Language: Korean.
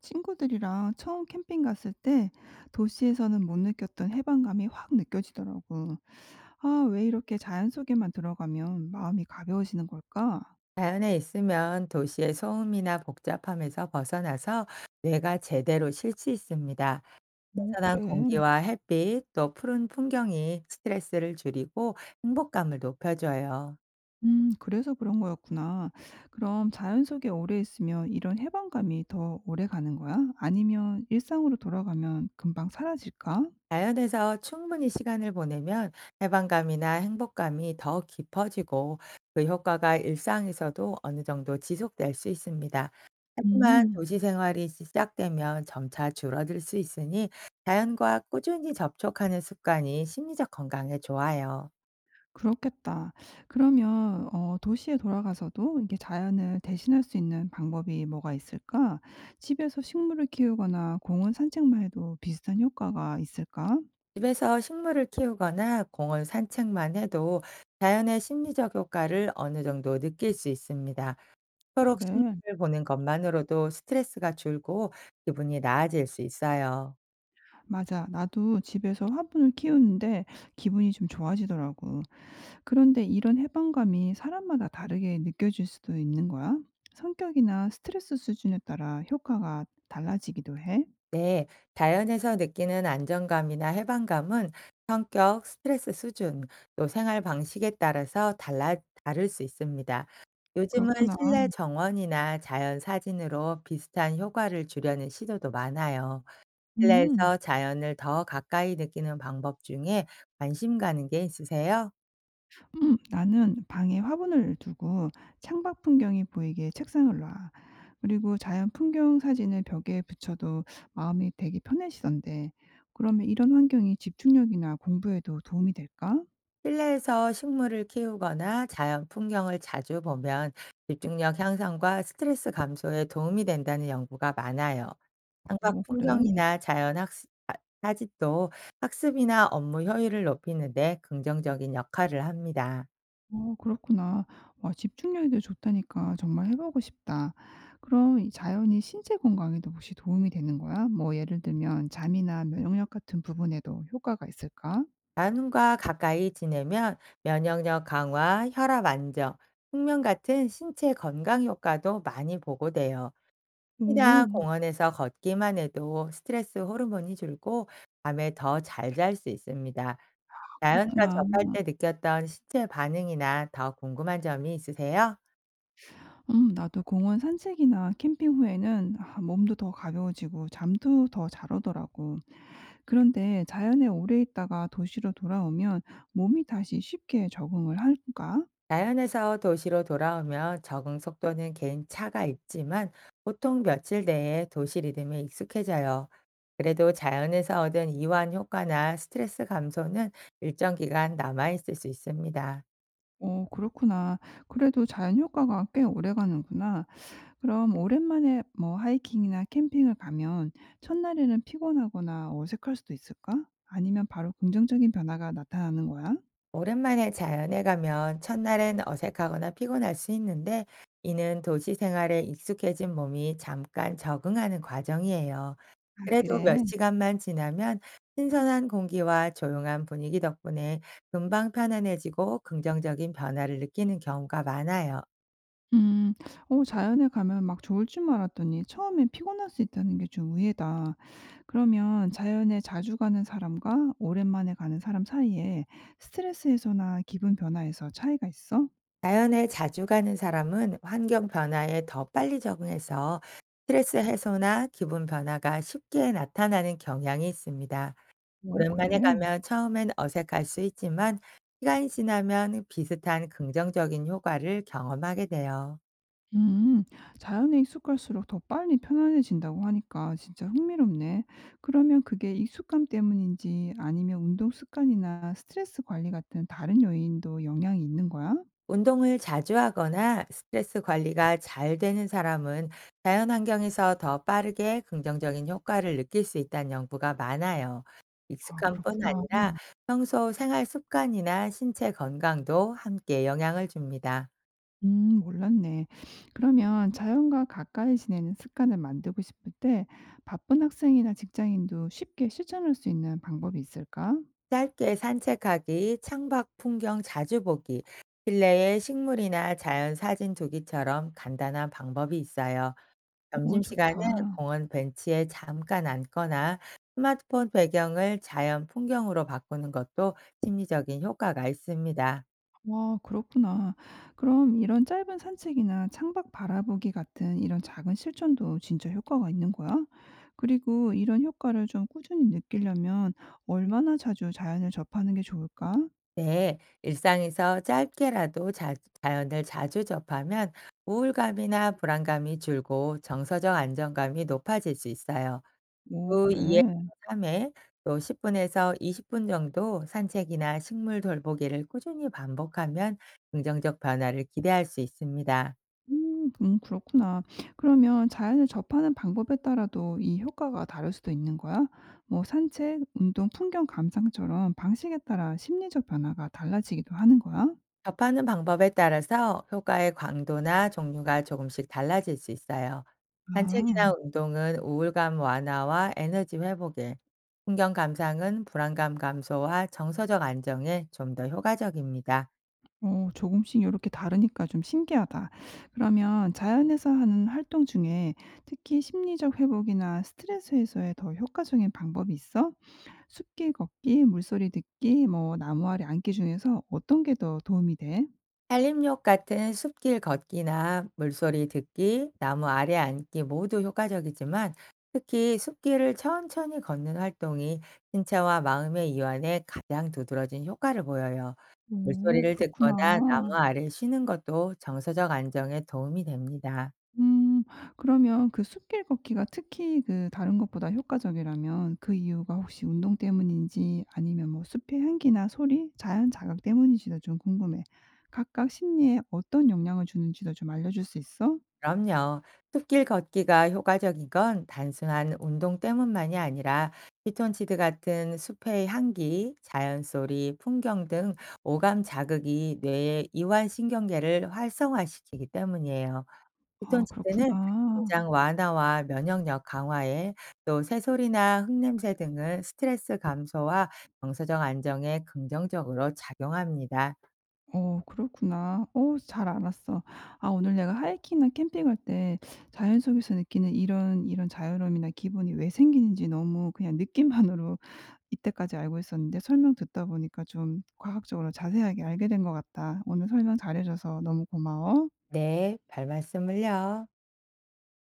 친구들이랑 처음 캠핑 갔을 때 도시에서는 못 느꼈던 해방감이 확 느껴지더라고. 아, 왜 이렇게 자연 속에만 들어가면 마음이 가벼워지는 걸까? 자연에 있으면 도시의 소음이나 복잡함에서 벗어나서 뇌가 제대로 쉴 수 있습니다. 오, 신선한 그래. 공기와 햇빛, 또 푸른 풍경이 스트레스를 줄이고 행복감을 높여줘요. 그래서 그런 거였구나. 그럼 자연 속에 오래 있으면 이런 해방감이 더 오래 가는 거야? 아니면 일상으로 돌아가면 금방 사라질까? 자연에서 충분히 시간을 보내면 해방감이나 행복감이 더 깊어지고 그 효과가 일상에서도 어느 정도 지속될 수 있습니다. 하지만 음. 도시 생활이 시작되면 점차 줄어들 수 있으니 자연과 꾸준히 접촉하는 습관이 심리적 건강에 좋아요. 그렇겠다. 그러면 도시에 돌아가서도 이게 자연을 대신할 수 있는 방법이 뭐가 있을까? 집에서 식물을 키우거나 공원 산책만 해도 비슷한 효과가 있을까? 집에서 식물을 키우거나 공원 산책만 해도 자연의 심리적 효과를 어느 정도 느낄 수 있습니다. 서로 그래. 승부를 보는 것만으로도 스트레스가 줄고 기분이 나아질 수 있어요. 맞아. 나도 집에서 화분을 키우는데 기분이 좀 좋아지더라고. 그런데 이런 해방감이 사람마다 다르게 느껴질 수도 있는 거야? 성격이나 스트레스 수준에 따라 효과가 달라지기도 해? 네, 자연에서 느끼는 안정감이나 해방감은 성격, 스트레스 수준, 또 생활 방식에 따라서 다를 수 있습니다. 요즘은 그렇구나. 실내 정원이나 자연 사진으로 비슷한 효과를 주려는 시도도 많아요. 음. 실내에서 자연을 더 가까이 느끼는 방법 중에 관심 가는 게 있으세요? 나는 방에 화분을 두고 창밖 풍경이 보이게 책상을 놔. 그리고 자연 풍경 사진을 벽에 붙여도 마음이 되게 편해지던데. 그러면 이런 환경이 집중력이나 공부에도 도움이 될까? 실내에서 식물을 키우거나 자연 풍경을 자주 보면 집중력 향상과 스트레스 감소에 도움이 된다는 연구가 많아요. 오, 창밖 그래. 풍경이나 자연 학습, 사진도 학습이나 업무 효율을 높이는데 긍정적인 역할을 합니다. 어, 그렇구나. 와, 집중력에도 좋다니까 정말 해보고 싶다. 그럼 이 자연이 신체 건강에도 혹시 도움이 되는 거야? 뭐 예를 들면 잠이나 면역력 같은 부분에도 효과가 있을까? 자연과 가까이 지내면 면역력 강화, 혈압 안정, 숙면 같은 신체 건강 효과도 많이 보고돼요. 혼자 오, 공원에서 걷기만 해도 스트레스 호르몬이 줄고 밤에 더 잘 잘 수 있습니다. 아, 자연과 그렇구나. 접할 때 느꼈던 신체 반응이나 더 궁금한 점이 있으세요? 나도 공원 산책이나 캠핑 후에는 아, 몸도 더 가벼워지고 잠도 더 잘 오더라고. 그런데 자연에 오래 있다가 도시로 돌아오면 몸이 다시 쉽게 적응을 할까? 자연에서 도시로 돌아오면 적응 속도는 개인 차가 있지만 보통 며칠 내에 도시 리듬에 익숙해져요. 그래도 자연에서 얻은 이완 효과나 스트레스 감소는 일정 기간 남아있을 수 있습니다. 어, 그렇구나. 그래도 자연 효과가 꽤 오래 가는구나. 그럼 오랜만에 뭐 하이킹이나 캠핑을 가면 첫날에는 피곤하거나 어색할 수도 있을까? 아니면 바로 긍정적인 변화가 나타나는 거야? 오랜만에 자연에 가면 첫날엔 어색하거나 피곤할 수 있는데 이는 도시 생활에 익숙해진 몸이 잠깐 적응하는 과정이에요. 아, 그래도 몇 그래. 시간만 지나면 신선한 공기와 조용한 분위기 덕분에 금방 편안해지고 긍정적인 변화를 느끼는 경우가 많아요. 음. 자연에 가면 막 좋을 줄 알았더니 처음엔 피곤할 수 있다는 게 좀 의외다. 그러면 자연에 자주 가는 사람과 오랜만에 가는 사람 사이에 스트레스 해소나 기분 변화에서 차이가 있어? 자연에 자주 가는 사람은 환경 변화에 더 빨리 적응해서 스트레스 해소나 기분 변화가 쉽게 나타나는 경향이 있습니다. 오, 오랜만에 그래. 가면 처음엔 어색할 수 있지만 시간이 지나면 비슷한 긍정적인 효과를 경험하게 돼요. 음. 자연에 익숙할수록 더 빨리 편안해진다고 하니까 진짜 흥미롭네. 그러면 그게 익숙감 때문인지 아니면 운동 습관이나 스트레스 관리 같은 다른 요인도 영향이 있는 거야? 운동을 자주 하거나 스트레스 관리가 잘 되는 사람은 자연 환경에서 더 빠르게 긍정적인 효과를 느낄 수 있다는 연구가 많아요. 아, 익숙함뿐 그렇구나. 아니라 평소 생활 습관이나 신체 건강도 함께 영향을 줍니다. 몰랐네. 그러면 자연과 가까이 지내는 습관을 만들고 싶을 때 바쁜 학생이나 직장인도 쉽게 실천할 수 있는 방법이 있을까? 짧게 산책하기, 창밖 풍경 자주 보기, 실내에 식물이나 자연 사진 두기처럼 간단한 방법이 있어요. 오, 점심시간에 좋다. 공원 벤치에 잠깐 앉거나 스마트폰 배경을 자연 풍경으로 바꾸는 것도 심리적인 효과가 있습니다. 와, 그렇구나. 그럼 이런 짧은 산책이나 창밖 바라보기 같은 이런 작은 실천도 진짜 효과가 있는 거야? 그리고 이런 효과를 좀 꾸준히 느끼려면 얼마나 자주 자연을 접하는 게 좋을까? 네, 일상에서 짧게라도 자연을 자주 접하면 우울감이나 불안감이 줄고 정서적 안정감이 높아질 수 있어요. 오, 주 2 에서 그래. 3회 또 10분 분에서 20분 정도 산책이나 식물 돌보기를 꾸준히 반복하면 긍정적 변화를 기대할 수 있습니다. 음. 그렇구나. 그러면 자연을 접하는 방법에 따라도 이 효과가 다를 수도 있는 거야? 뭐 산책, 운동, 풍경 감상처럼 방식에 따라 심리적 변화가 달라지기도 하는 거야? 접하는 방법에 따라서 효과의 광도나 종류가 조금씩 달라질 수 있어요. 산책이나 아. 운동은 우울감 완화와 에너지 회복에, 풍경 감상은 불안감 감소와 정서적 안정에 좀 더 효과적입니다. 조금씩 이렇게 다르니까 좀 신기하다. 그러면 자연에서 하는 활동 중에 특히 심리적 회복이나 스트레스 해소에 더 효과적인 방법이 있어? 숲길 걷기, 물소리 듣기, 뭐 나무 아래 앉기 중에서 어떤 게 더 도움이 돼? 산림욕 같은 숲길 걷기나 물소리 듣기, 나무 아래 앉기 모두 효과적이지만 특히 숲길을 천천히 걷는 활동이 신체와 마음의 이완에 가장 두드러진 효과를 보여요. 오, 물소리를 듣거나 나무 그렇구나. 아래 쉬는 것도 정서적 안정에 도움이 됩니다. 음. 그러면 그 숲길 걷기가 특히 그 다른 것보다 효과적이라면 그 이유가 혹시 운동 때문인지 아니면 뭐 숲의 향기나 소리, 자연 자극 때문인지도 좀 궁금해. 각각 심리에 어떤 영향을 주는지도 좀 알려줄 수 있어? 그럼요. 숲길 걷기가 효과적인 건 단순한 운동 때문만이 아니라 피톤치드 같은 숲의 향기, 자연 소리, 풍경 등 오감 자극이 뇌의 이완 신경계를 활성화시키기 때문이에요. 아, 피톤치드는 그렇구나. 긴장 완화와 면역력 강화에 또 새소리나 흙냄새 등은 스트레스 감소와 정서적 안정에 긍정적으로 작용합니다. 어, 그렇구나. 어, 잘 알았어. 아, 오늘 내가 하이킹이나 캠핑할 때 자연 속에서 느끼는 이런 자유로움이나 기분이 왜 생기는지 너무 그냥 느낌만으로 이때까지 알고 있었는데 설명 듣다 보니까 좀 과학적으로 자세하게 알게 된 것 같다. 오늘 설명 잘해 줘서 너무 고마워. 네, 별 말씀을요.